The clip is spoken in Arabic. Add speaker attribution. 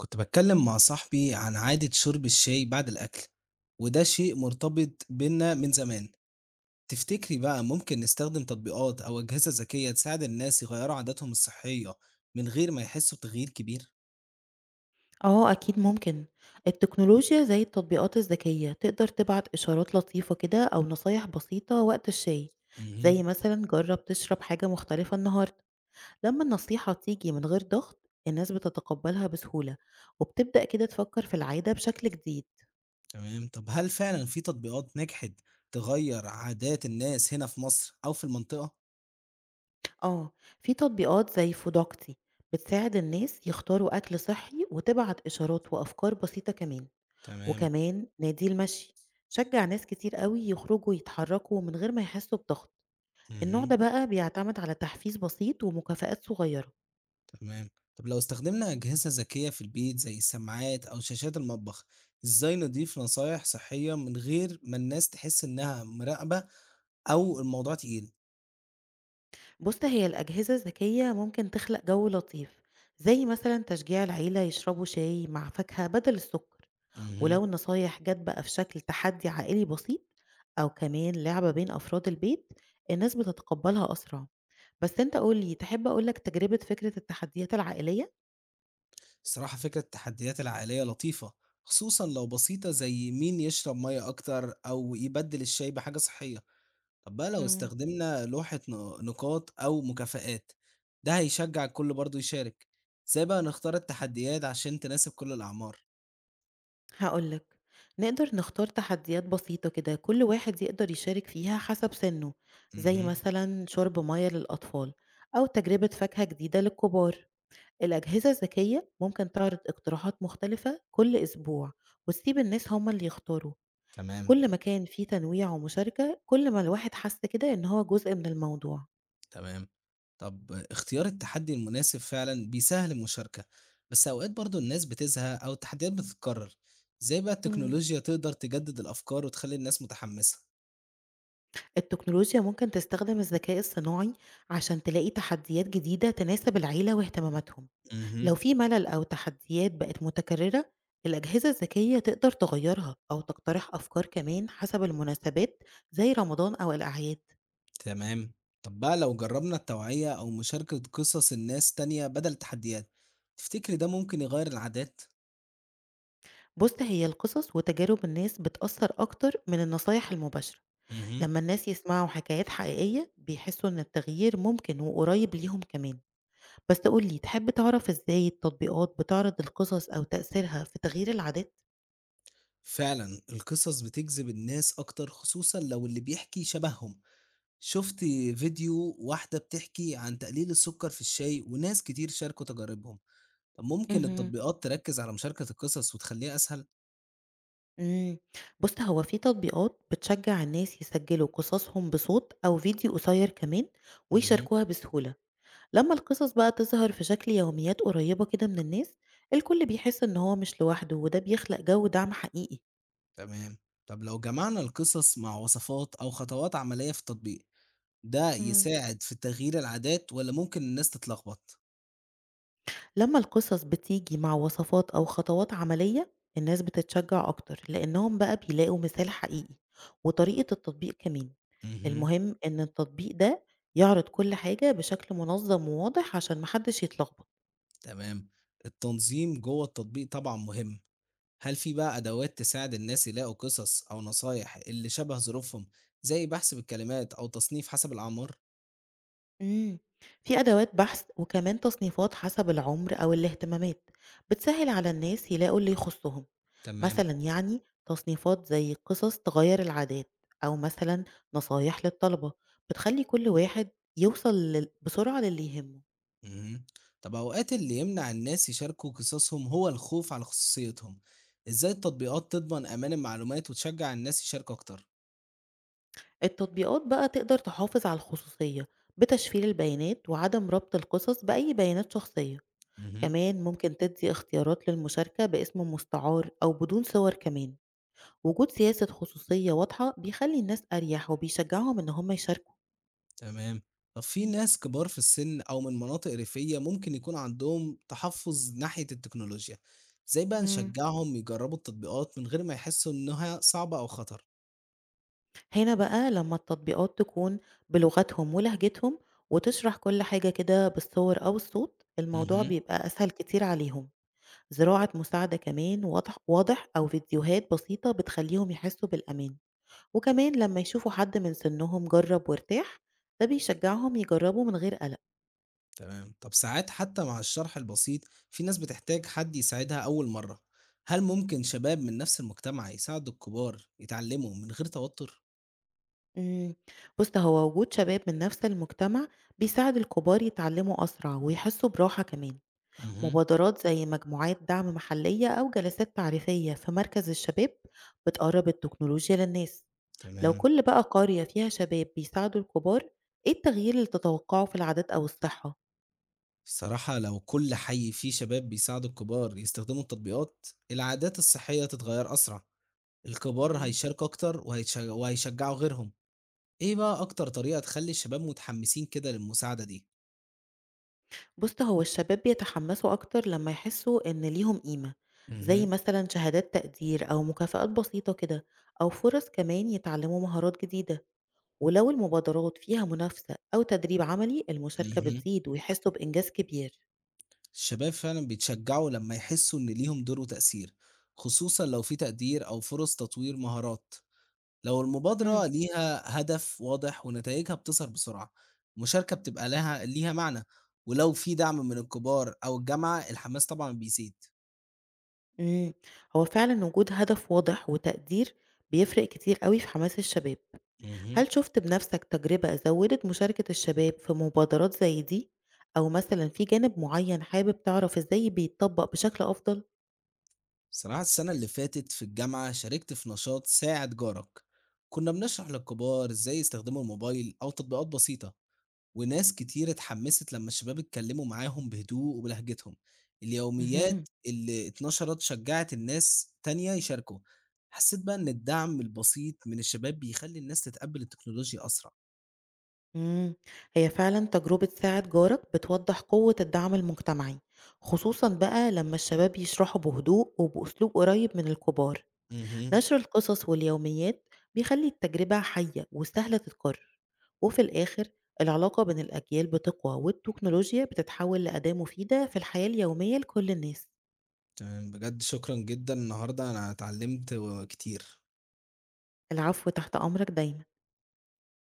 Speaker 1: كنت بتكلم مع صاحبي عن عادة شرب الشاي بعد الأكل، وده شيء مرتبط بينا من زمان. تفتكري بقى ممكن نستخدم تطبيقات أو أجهزة ذكية تساعد الناس يغيروا عاداتهم الصحية من غير ما يحسوا بتغيير كبير؟
Speaker 2: آه أكيد ممكن، التكنولوجيا زي التطبيقات الذكية تقدر تبعت إشارات لطيفة كده أو نصايح بسيطة وقت الشاي،
Speaker 1: امم
Speaker 2: زي مثلًا جرب تشرب حاجة مختلفة النهاردة، لما النصيحة تيجي من غير ضغط الناس بتتقبلها بسهولة، وبتبدأ كده تفكر في العادة بشكل جديد،
Speaker 1: تمام. طب هل فعلا في تطبيقات نجحت تغير عادات الناس هنا في مصر أو في المنطقة؟
Speaker 2: آه في تطبيقات زي فودوكتي بتساعد الناس يختاروا أكل صحي وتبعت إشارات وأفكار بسيطة كمان،
Speaker 1: تمام.
Speaker 2: وكمان نادي المشي شجع ناس كتير أوي يخرجوا يتحركوا من غير ما يحسوا بضغط. النوع
Speaker 1: مهم.
Speaker 2: ده بقى بيعتمد على تحفيز بسيط ومكافآت صغيرة.
Speaker 1: تمام. طب لو استخدمنا أجهزة ذكية في البيت زي السماعات أو شاشات المطبخ، إزاي نضيف نصايح صحية من غير ما الناس تحس إنها مراقبة أو الموضوع تقيل؟
Speaker 2: بص هي الأجهزة الذكية ممكن تخلق جو لطيف زي مثلا تشجيع العيلة يشربوا شاي مع فاكهة بدل السكر.
Speaker 1: مهم.
Speaker 2: ولو النصايح جت بقى في شكل تحدي عائلي بسيط أو كمان لعبة بين أفراد البيت الناس بتتقبلها أسرع. بس انت قولي تحب أقولك تجربة فكرة التحديات العائلية؟
Speaker 1: صراحة فكرة التحديات العائلية لطيفة، خصوصا لو بسيطة زي مين يشرب مية أكتر أو يبدل الشاي بحاجة صحية. طب بقى لو
Speaker 2: مم.
Speaker 1: استخدمنا لوحة نقاط أو مكافآت، ده هيشجع الكل برضه يشارك. إزاي بقى نختار التحديات عشان تناسب كل الأعمار؟
Speaker 2: هاقول لك، نقدر نختار تحديات بسيطة كده كل واحد يقدر يشارك فيها حسب سنه، زي
Speaker 1: مهم.
Speaker 2: مثلا شرب مية للأطفال أو تجربة فاكهة جديدة للكبار. الأجهزة الذكية ممكن تعرض اقتراحات مختلفة كل أسبوع وتسيب الناس هما اللي يختاروا.
Speaker 1: تمام.
Speaker 2: كل ما كان فيه تنويع ومشاركة كل ما الواحد حس كده إن هو جزء من الموضوع.
Speaker 1: تمام. طب اختيار التحدي المناسب فعلًا بيسهّل المشاركة، بس أوقات برضه الناس بتزهق أو التحديات بتتكرر، إزاي بقى
Speaker 2: مم.
Speaker 1: التكنولوجيا تقدر تجدد الأفكار وتخلّي الناس متحمسة؟
Speaker 2: التكنولوجيا ممكن تستخدم الذكاء الصناعي عشان تلاقي تحديات جديدة تناسب العيلة واهتماماتهم. لو
Speaker 1: اهم،
Speaker 2: في ملل أو تحديات بقت متكررة الأجهزة الذكية تقدر تغيرها أو تقترح أفكار كمان حسب المناسبات، زي رمضان أو الأعياد.
Speaker 1: تمام. طب بقى لو جرّبنا التوعية أو مشاركة قصص الناس تانية بدل التحديات، تفتكري ده ممكن يغيّر العادات؟
Speaker 2: بص هي القصص وتجارب الناس بتأثر أكتر من النصايح المباشرة.
Speaker 1: اهم.
Speaker 2: لما الناس يسمعوا حكايات حقيقية بيحسوا إن التغيير ممكن وقريب ليهم كمان. بس تقولي تحب تعرف إزاي التطبيقات بتعرض القصص أو تأثيرها في تغيير العادات؟
Speaker 1: فعلًا القصص بتجذب الناس أكتر خصوصًا لو اللي بيحكي شبههم. شفت فيديو واحدة بتحكي عن تقليل السكر في الشاي وناس كتير شاركوا تجاربهم. طب ممكن
Speaker 2: مهم.
Speaker 1: التطبيقات تركز على مشاركة القصص وتخليها أسهل؟
Speaker 2: إمم. بُص، هو في تطبيقات بتشجّع الناس يسجّلوا قصصهم بصوت أو فيديو قصيّر كمان
Speaker 1: مهم.
Speaker 2: ويشاركوها بسهولة. لمّا القصص بقى تظهر في شكل يوميات قريّبة كده من الناس، الكل بيحس إن هو مش لوحده وده بيخلق جو دعم حقيقي.
Speaker 1: تمام. طب لو جمعنا القصص مع وصفات أو خطوات عملية في التطبيق، ده
Speaker 2: إمم.
Speaker 1: يساعد في تغيير العادات ولا ممكن الناس تتلخبط؟
Speaker 2: لمّا القصص بتيجي مع وصفات أو خطوات عملية، الناس بتتشجّع أكتر، لإنّهم بقى بيلاقوا مثال حقيقي وطريقة التطبيق كمان.
Speaker 1: مهم.
Speaker 2: المهم إن التطبيق ده يعرض كل حاجة بشكل منظّم وواضح عشان ما حدّش يتلخبط.
Speaker 1: تمام. التنظيم جوه التطبيق طبعا مهم. هل في بقى أدوات تساعد الناس يلاقوا قصص أو نصايح اللي شبه ظروفهم، زي بحث بالكلمات أو تصنيف حسب الأعمار؟
Speaker 2: إمم، في أدوات بحث وكمان تصنيفات حسب العمر أو الاهتمامات، بتسهل على الناس يلاقوا اللي يخصهم،
Speaker 1: تمام.
Speaker 2: مثلًا يعني تصنيفات زي قصص تغيّر العادات، أو مثلًا نصايح للطلبة، بتخلّي كل واحد يوصل بسرعة للي يهمه.
Speaker 1: مهم. طب أوقات اللي يمنع الناس يشاركوا قصصهم هو الخوف على خصوصيتهم، إزاي التطبيقات تضمن أمان المعلومات وتشجع الناس يشاركوا أكتر؟
Speaker 2: التطبيقات بقى تقدر تحافظ على الخصوصية بتشفير البيانات وعدم ربط القصص بأي بيانات شخصية،
Speaker 1: مهم.
Speaker 2: كمان ممكن تدّي اختيارات للمشاركة باسم مستعار أو بدون صور كمان. وجود سياسة خصوصية واضحة بيخلي الناس أريح وبيشجعهم إن هم يشاركوا
Speaker 1: تمام. طب في ناس كبار في السن أو من مناطق ريفية ممكن يكون عندهم تحفظ ناحية التكنولوجيا، إزاي بقى
Speaker 2: امم
Speaker 1: نشجعهم يجربوا التطبيقات من غير ما يحسوا إنها صعبة أو خطر؟
Speaker 2: هنا بقى لما التطبيقات تكون بلغتهم ولهجتهم وتشرح كل حاجة كده بالصور أو الصوت الموضوع
Speaker 1: مهم.
Speaker 2: بيبقى أسهل كتير عليهم. زراعة مساعدة كمان واضح واضح أو فيديوهات بسيطة بتخليهم يحسوا بالأمان، وكمان لما يشوفوا حد من سنهم جرب وارتاح ده بيشجعهم يجربوا من غير قلق
Speaker 1: تمام. طب ساعات حتى مع الشرح البسيط في ناس بتحتاج حد يساعدها أول مرة، هل ممكن شباب من نفس المجتمع يساعدوا الكبار يتعلموا من غير توتر؟
Speaker 2: إمم، بُص هو وجود شباب من نفس المجتمع بيساعد الكبار يتعلموا أسرع ويحسوا براحة كمان،
Speaker 1: مهم.
Speaker 2: مبادرات زي مجموعات دعم محلية أو جلسات تعريفية في مركز الشباب بتقرب التكنولوجيا للناس، لو
Speaker 1: تمام.
Speaker 2: كل بقى قرية فيها شباب بيساعدوا الكبار، إيه التغيير اللي تتوقعه في العادات أو الصحة؟
Speaker 1: الصراحة لو كل حي فيه شباب بيساعدوا الكبار يستخدموا التطبيقات، العادات الصحية تتغير أسرع. الكبار
Speaker 2: إمم.
Speaker 1: هيشاركوا أكتر وهيشجعوا غيرهم. إيه بقى أكتر طريقة تخلي الشباب متحمسين كده للمساعدة دي؟
Speaker 2: بُص هو الشباب بيتحمسوا أكتر لما يحسوا إن ليهم قيمة، زي
Speaker 1: مهم.
Speaker 2: مثلًا شهادات تقدير أو مكافآت بسيطة كده، أو فرص كمان يتعلموا مهارات جديدة. ولو المبادرات فيها منافسة أو تدريب عملي المشاركة
Speaker 1: مهم.
Speaker 2: بتزيد ويحسوا بإنجاز كبير.
Speaker 1: الشباب فعلا بيتشجعوا لما يحسوا إن ليهم دور وتأثير، خصوصا لو في تقدير أو فرص تطوير مهارات. لو
Speaker 2: امم.
Speaker 1: المبادرة ليها هدف واضح ونتائجها بتظهر بسرعة، المشاركة بتبقى ليها معنى، ولو في دعم من الكبار أو الجامعة الحماس طبعا بيزيد.
Speaker 2: مم. هو فعلا وجود هدف واضح وتقدير بيفرق كتير قوي في حماس الشباب.
Speaker 1: مهم.
Speaker 2: هل شفت بنفسك تجربة زودت مشاركة الشباب في مبادرات زي دي أو مثلا في جانب معين حابب تعرف إزاي بيتطبق بشكل أفضل؟
Speaker 1: صراحة السنة اللي فاتت في الجامعة شاركت في نشاط ساعد جارك. كنا بنشرح للكبار إزاي يستخدموا الموبايل أو تطبيقات بسيطة، وناس كتير اتحمست لمّا الشباب اتكلموا معاهم بهدوء وبلهجتهم.
Speaker 2: مهم.
Speaker 1: اليوميات اللي اتنشرت شجّعت الناس تانية يشاركوا. حسيت بقى إن الدعم البسيط من الشباب بيخلّي الناس تتقبّل التكنولوجيا أسرع.
Speaker 2: إمم، هي فعلًا تجربة ساعد جارك بتوضّح قوة الدعم المجتمعي، خصوصًا بقى لمّا الشباب يشرحوا بهدوء وبأسلوب قريب من الكبار.
Speaker 1: اهم،
Speaker 2: نشر القصص واليوميات بيخلّي التجربة حية وسهلة تتكرر، وفي الآخر العلاقة بين الأجيال بتقوى والتكنولوجيا بتتحول لأداة مفيدة في الحياة اليومية لكل الناس.
Speaker 1: تمام، بجد شكرًا جدًا، النهارده أنا اتعلمت و كتير.
Speaker 2: العفو، تحت أمرك دايمًا.